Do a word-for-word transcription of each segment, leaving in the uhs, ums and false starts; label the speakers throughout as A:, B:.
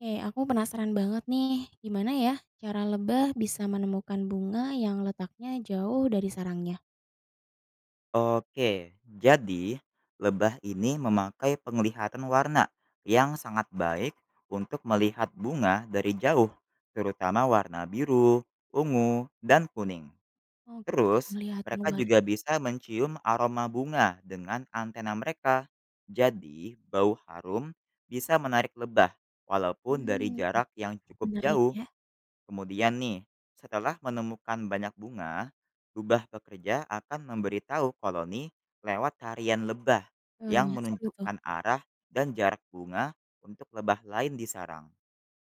A: Oke, aku penasaran banget nih, gimana ya cara lebah bisa menemukan bunga yang letaknya jauh dari sarangnya?
B: Oke, jadi lebah ini memakai penglihatan warna yang sangat baik untuk melihat bunga dari jauh, terutama warna biru, ungu, dan kuning.
A: Oke, gitu,
B: Terus,
A: ngeliatin
B: mereka
A: luar.
B: juga bisa mencium aroma bunga dengan antena mereka. Jadi, bau harum bisa menarik lebah walaupun dari
A: Mmm,
B: jarak yang cukup
A: menarik
B: jauh.
A: ya.
B: Kemudian nih, setelah menemukan banyak bunga, lubah pekerja akan memberitahu koloni lewat tarian lebah yang
A: Eee, seru tuh.
B: menunjukkan arah dan jarak bunga untuk lebah lain di sarang.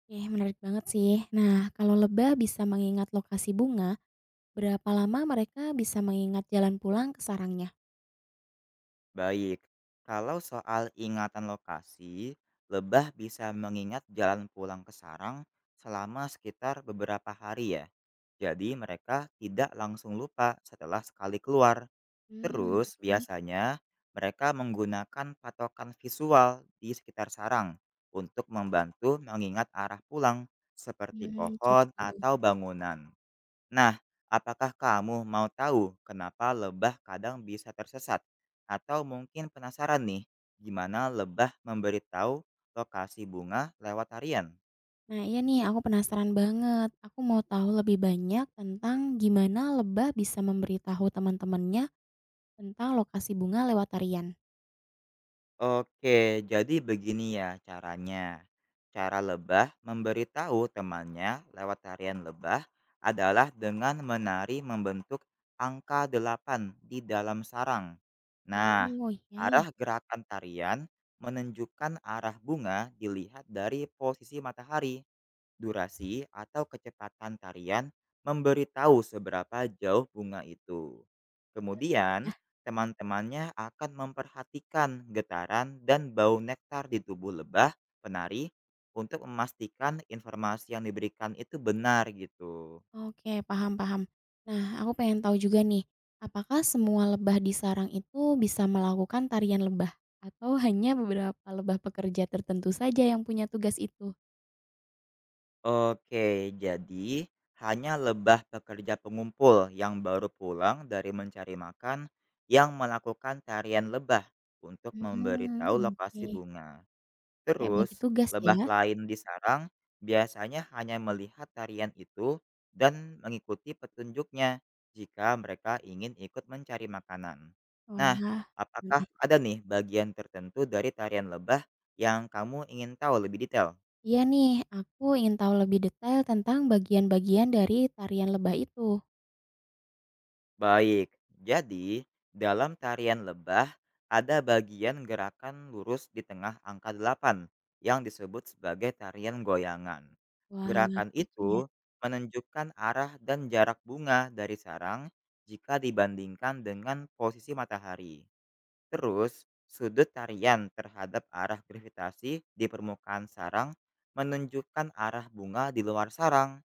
A: Oke, menarik banget sih. Nah, kalau lebah bisa mengingat lokasi bunga, berapa lama mereka bisa mengingat jalan pulang ke sarangnya?
B: Baik, kalau soal ingatan lokasi, lebah bisa mengingat jalan pulang ke sarang selama sekitar beberapa hari ya. Jadi mereka tidak langsung lupa setelah sekali keluar.
A: Hmm,
B: Terus,
A: oke.
B: biasanya mereka menggunakan patokan visual di sekitar sarang untuk membantu mengingat arah pulang, seperti
A: Hmm, gitu.
B: pohon atau bangunan. Nah, apakah kamu mau tahu kenapa lebah kadang bisa tersesat? Atau mungkin penasaran nih, gimana lebah memberitahu lokasi bunga lewat tarian?
A: Nah, iya nih, aku penasaran banget. Aku mau tahu lebih banyak tentang gimana lebah bisa memberitahu teman-temannya tentang lokasi bunga lewat tarian?
B: Oke, jadi begini ya caranya. Cara lebah memberitahu temannya lewat tarian lebah adalah dengan menari membentuk angka delapan di dalam sarang. Nah,
A: Oh, iya ya.
B: arah gerakan tarian menunjukkan arah bunga dilihat dari posisi matahari, durasi atau kecepatan tarian memberitahu seberapa jauh bunga itu. Kemudian, teman-temannya akan memperhatikan getaran dan bau nektar di tubuh lebah penari untuk memastikan informasi yang diberikan itu benar gitu.
A: Oke, paham paham. Nah, aku pengen tahu juga nih, apakah semua lebah di sarang itu bisa melakukan tarian lebah? Atau hanya beberapa lebah pekerja tertentu saja yang punya tugas itu?
B: Oke, jadi hanya lebah pekerja pengumpul yang baru pulang dari mencari makan yang melakukan tarian lebah untuk
A: Hmm,
B: memberitahu
A: oke.
B: lokasi bunga.
A: Kayak bagi
B: Terus,
A: tugas
B: lebah
A: ya?
B: lain di sarang biasanya hanya melihat tarian itu dan mengikuti petunjuknya jika mereka ingin ikut mencari makanan.
A: Wah.
B: Nah,
A: Mhm.
B: apakah ada nih bagian tertentu dari tarian lebah yang kamu ingin tahu lebih detail?
A: Iya nih, aku ingin tahu lebih detail tentang bagian-bagian dari tarian lebah itu.
B: Baik, jadi dalam tarian lebah ada bagian gerakan lurus di tengah angka delapan yang disebut sebagai tarian goyangan.
A: Wah,
B: Gerakan
A: lucu ya.
B: itu menunjukkan arah dan jarak bunga dari sarang jika dibandingkan dengan posisi matahari. Terus, sudut tarian terhadap arah gravitasi di permukaan sarang menunjukkan arah bunga di luar sarang.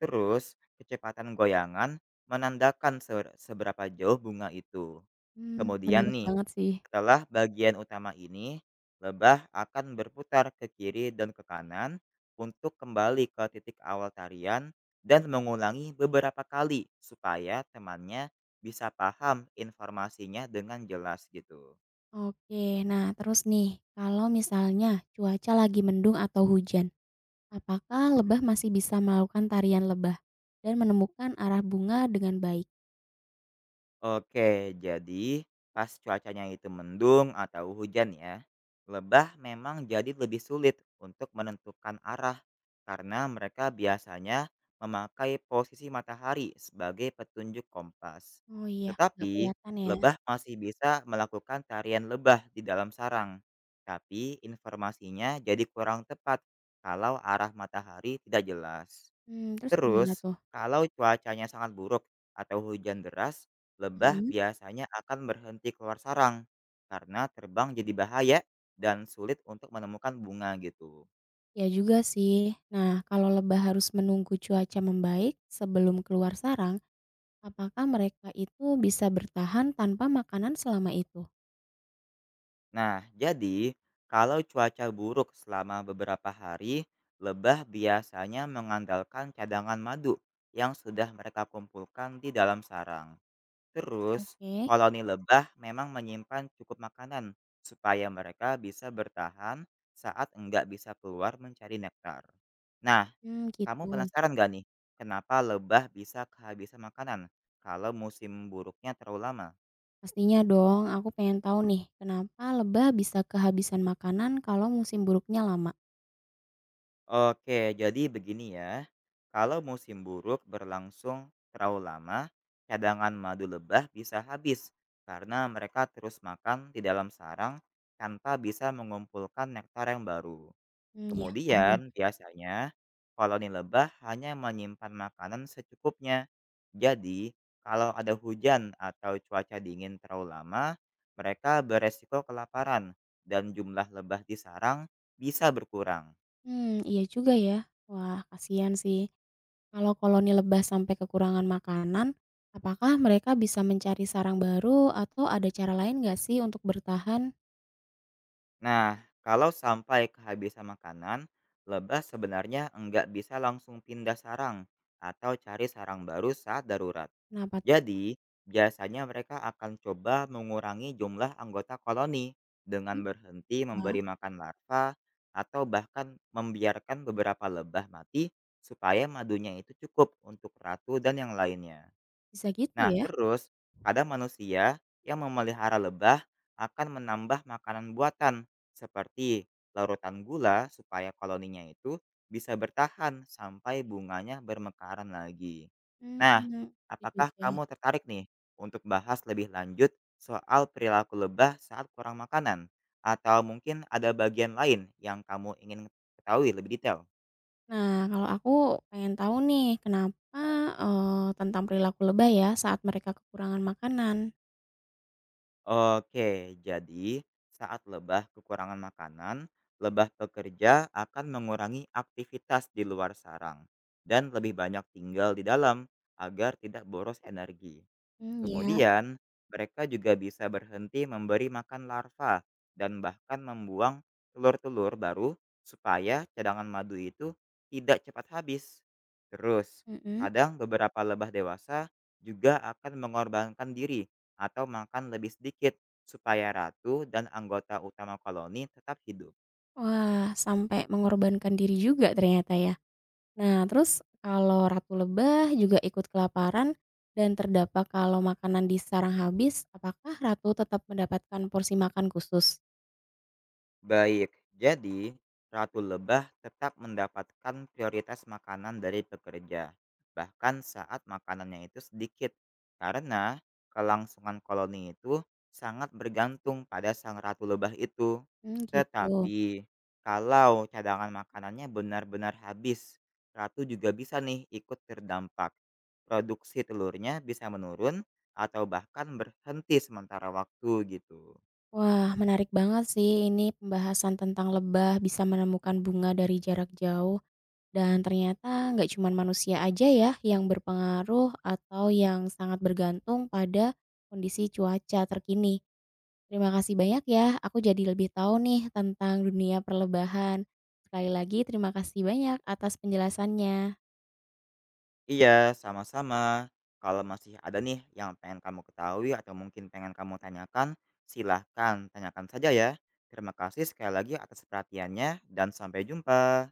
B: Terus, kecepatan goyangan menandakan ser seberapa jauh bunga itu.
A: Mmm,
B: Kemudian
A: menarik
B: nih,
A: banget sih.
B: setelah bagian utama ini, lebah akan berputar ke kiri dan ke kanan untuk kembali ke titik awal tarian dan mengulangi beberapa kali supaya temannya bisa paham informasinya dengan jelas gitu.
A: Oke, nah terus nih, kalau misalnya cuaca lagi mendung atau hujan, apakah lebah masih bisa melakukan tarian lebah dan menemukan arah bunga dengan baik?
B: Oke, jadi pas cuacanya itu mendung atau hujan ya, lebah memang jadi lebih sulit untuk menentukan arah karena mereka biasanya memakai posisi matahari sebagai petunjuk kompas.
A: Oh iya, nggak
B: Tetapi,
A: kelihatan ya.
B: lebah masih bisa melakukan tarian lebah di dalam sarang. Tapi informasinya jadi kurang tepat kalau arah matahari tidak jelas.
A: Hmm, terus
B: Terus,
A: gimana tuh?
B: kalau cuacanya sangat buruk atau hujan deras, lebah
A: Mhm.
B: biasanya akan berhenti keluar sarang karena terbang jadi bahaya dan sulit untuk menemukan bunga gitu.
A: Ya juga sih. Nah, kalau lebah harus menunggu cuaca membaik sebelum keluar sarang, apakah mereka itu bisa bertahan tanpa makanan selama itu?
B: Nah, jadi kalau cuaca buruk selama beberapa hari, lebah biasanya mengandalkan cadangan madu yang sudah mereka kumpulkan di dalam sarang. Terus,
A: Oke.
B: koloni lebah memang menyimpan cukup makanan supaya mereka bisa bertahan saat enggak bisa keluar mencari nektar. Nah,
A: Hmm, gitu.
B: kamu penasaran gak nih, kenapa lebah bisa kehabisan makanan kalau musim buruknya terlalu lama?
A: Pastinya dong, aku pengen tahu nih, kenapa lebah bisa kehabisan makanan kalau musim buruknya lama?
B: Oke, jadi begini ya. Kalau musim buruk berlangsung terlalu lama, cadangan madu lebah bisa habis karena mereka terus makan di dalam sarang tanpa bisa mengumpulkan nektar yang baru.
A: Hmm, ya, paham.
B: Kemudian, biasanya koloni lebah hanya menyimpan makanan secukupnya. Jadi, kalau ada hujan atau cuaca dingin terlalu lama, mereka beresiko kelaparan dan jumlah lebah di sarang bisa berkurang.
A: Hmm, iya juga ya. Wah, kasihan sih. Kalau koloni lebah sampai kekurangan makanan, apakah mereka bisa mencari sarang baru atau ada cara lain nggak sih untuk bertahan?
B: Nah, kalau sampai kehabisan makanan, lebah sebenarnya enggak bisa langsung pindah sarang atau cari sarang baru saat darurat.
A: Kenapa?
B: Jadi, biasanya mereka akan coba mengurangi jumlah anggota koloni dengan berhenti
A: Wah,
B: memberi makan larva atau bahkan membiarkan beberapa lebah mati supaya madunya itu cukup untuk ratu dan yang lainnya.
A: bisa gitu
B: Nah,
A: ya?
B: terus kadang manusia yang memelihara lebah akan menambah makanan buatan seperti larutan gula supaya koloninya itu bisa bertahan sampai bunganya bermekaran lagi.
A: Hmm,
B: Nah,
A: gitu
B: apakah
A: juga.
B: kamu tertarik nih untuk bahas lebih lanjut soal perilaku lebah saat kurang makanan? Atau mungkin ada bagian lain yang kamu ingin ketahui lebih detail?
A: Nah, kalau aku pengen tahu nih, kenapa eh, tentang perilaku lebah ya saat mereka kekurangan makanan?
B: Oke, jadi saat lebah kekurangan makanan, lebah pekerja akan mengurangi aktivitas di luar sarang dan lebih banyak tinggal di dalam agar tidak boros energi.
A: Hmm, ya.
B: Kemudian, mereka juga bisa berhenti memberi makan larva dan bahkan membuang telur-telur baru supaya cadangan madu itu tidak cepat habis. Terus,
A: Mhm.
B: kadang beberapa lebah dewasa juga akan mengorbankan diri atau makan lebih sedikit supaya ratu dan anggota utama koloni tetap hidup.
A: Wah, sampai mengorbankan diri juga ternyata ya. Nah, terus kalau ratu lebah juga ikut kelaparan dan terdampak kalau makanan di sarang habis, apakah ratu tetap mendapatkan porsi makan khusus?
B: Baik, jadi ratu lebah tetap mendapatkan prioritas makanan dari pekerja, bahkan saat makanannya itu sedikit, karena kelangsungan koloni itu sangat bergantung pada sang ratu lebah itu.
A: Mmm, gitu.
B: Tetapi, kalau cadangan makanannya benar-benar habis, ratu juga bisa nih ikut terdampak. Produksi telurnya bisa menurun atau bahkan berhenti sementara waktu gitu.
A: Wah, menarik banget sih ini pembahasan tentang lebah bisa menemukan bunga dari jarak jauh dan ternyata nggak cuma manusia aja ya yang berpengaruh atau yang sangat bergantung pada kondisi cuaca terkini. Terima kasih banyak ya, aku jadi lebih tahu nih tentang dunia perlebahan. Sekali lagi terima kasih banyak atas penjelasannya.
B: Iya, sama-sama. Kalau masih ada nih yang pengen kamu ketahui atau mungkin pengen kamu tanyakan, silahkan tanyakan saja ya. Terima kasih sekali lagi atas perhatiannya, dan sampai jumpa.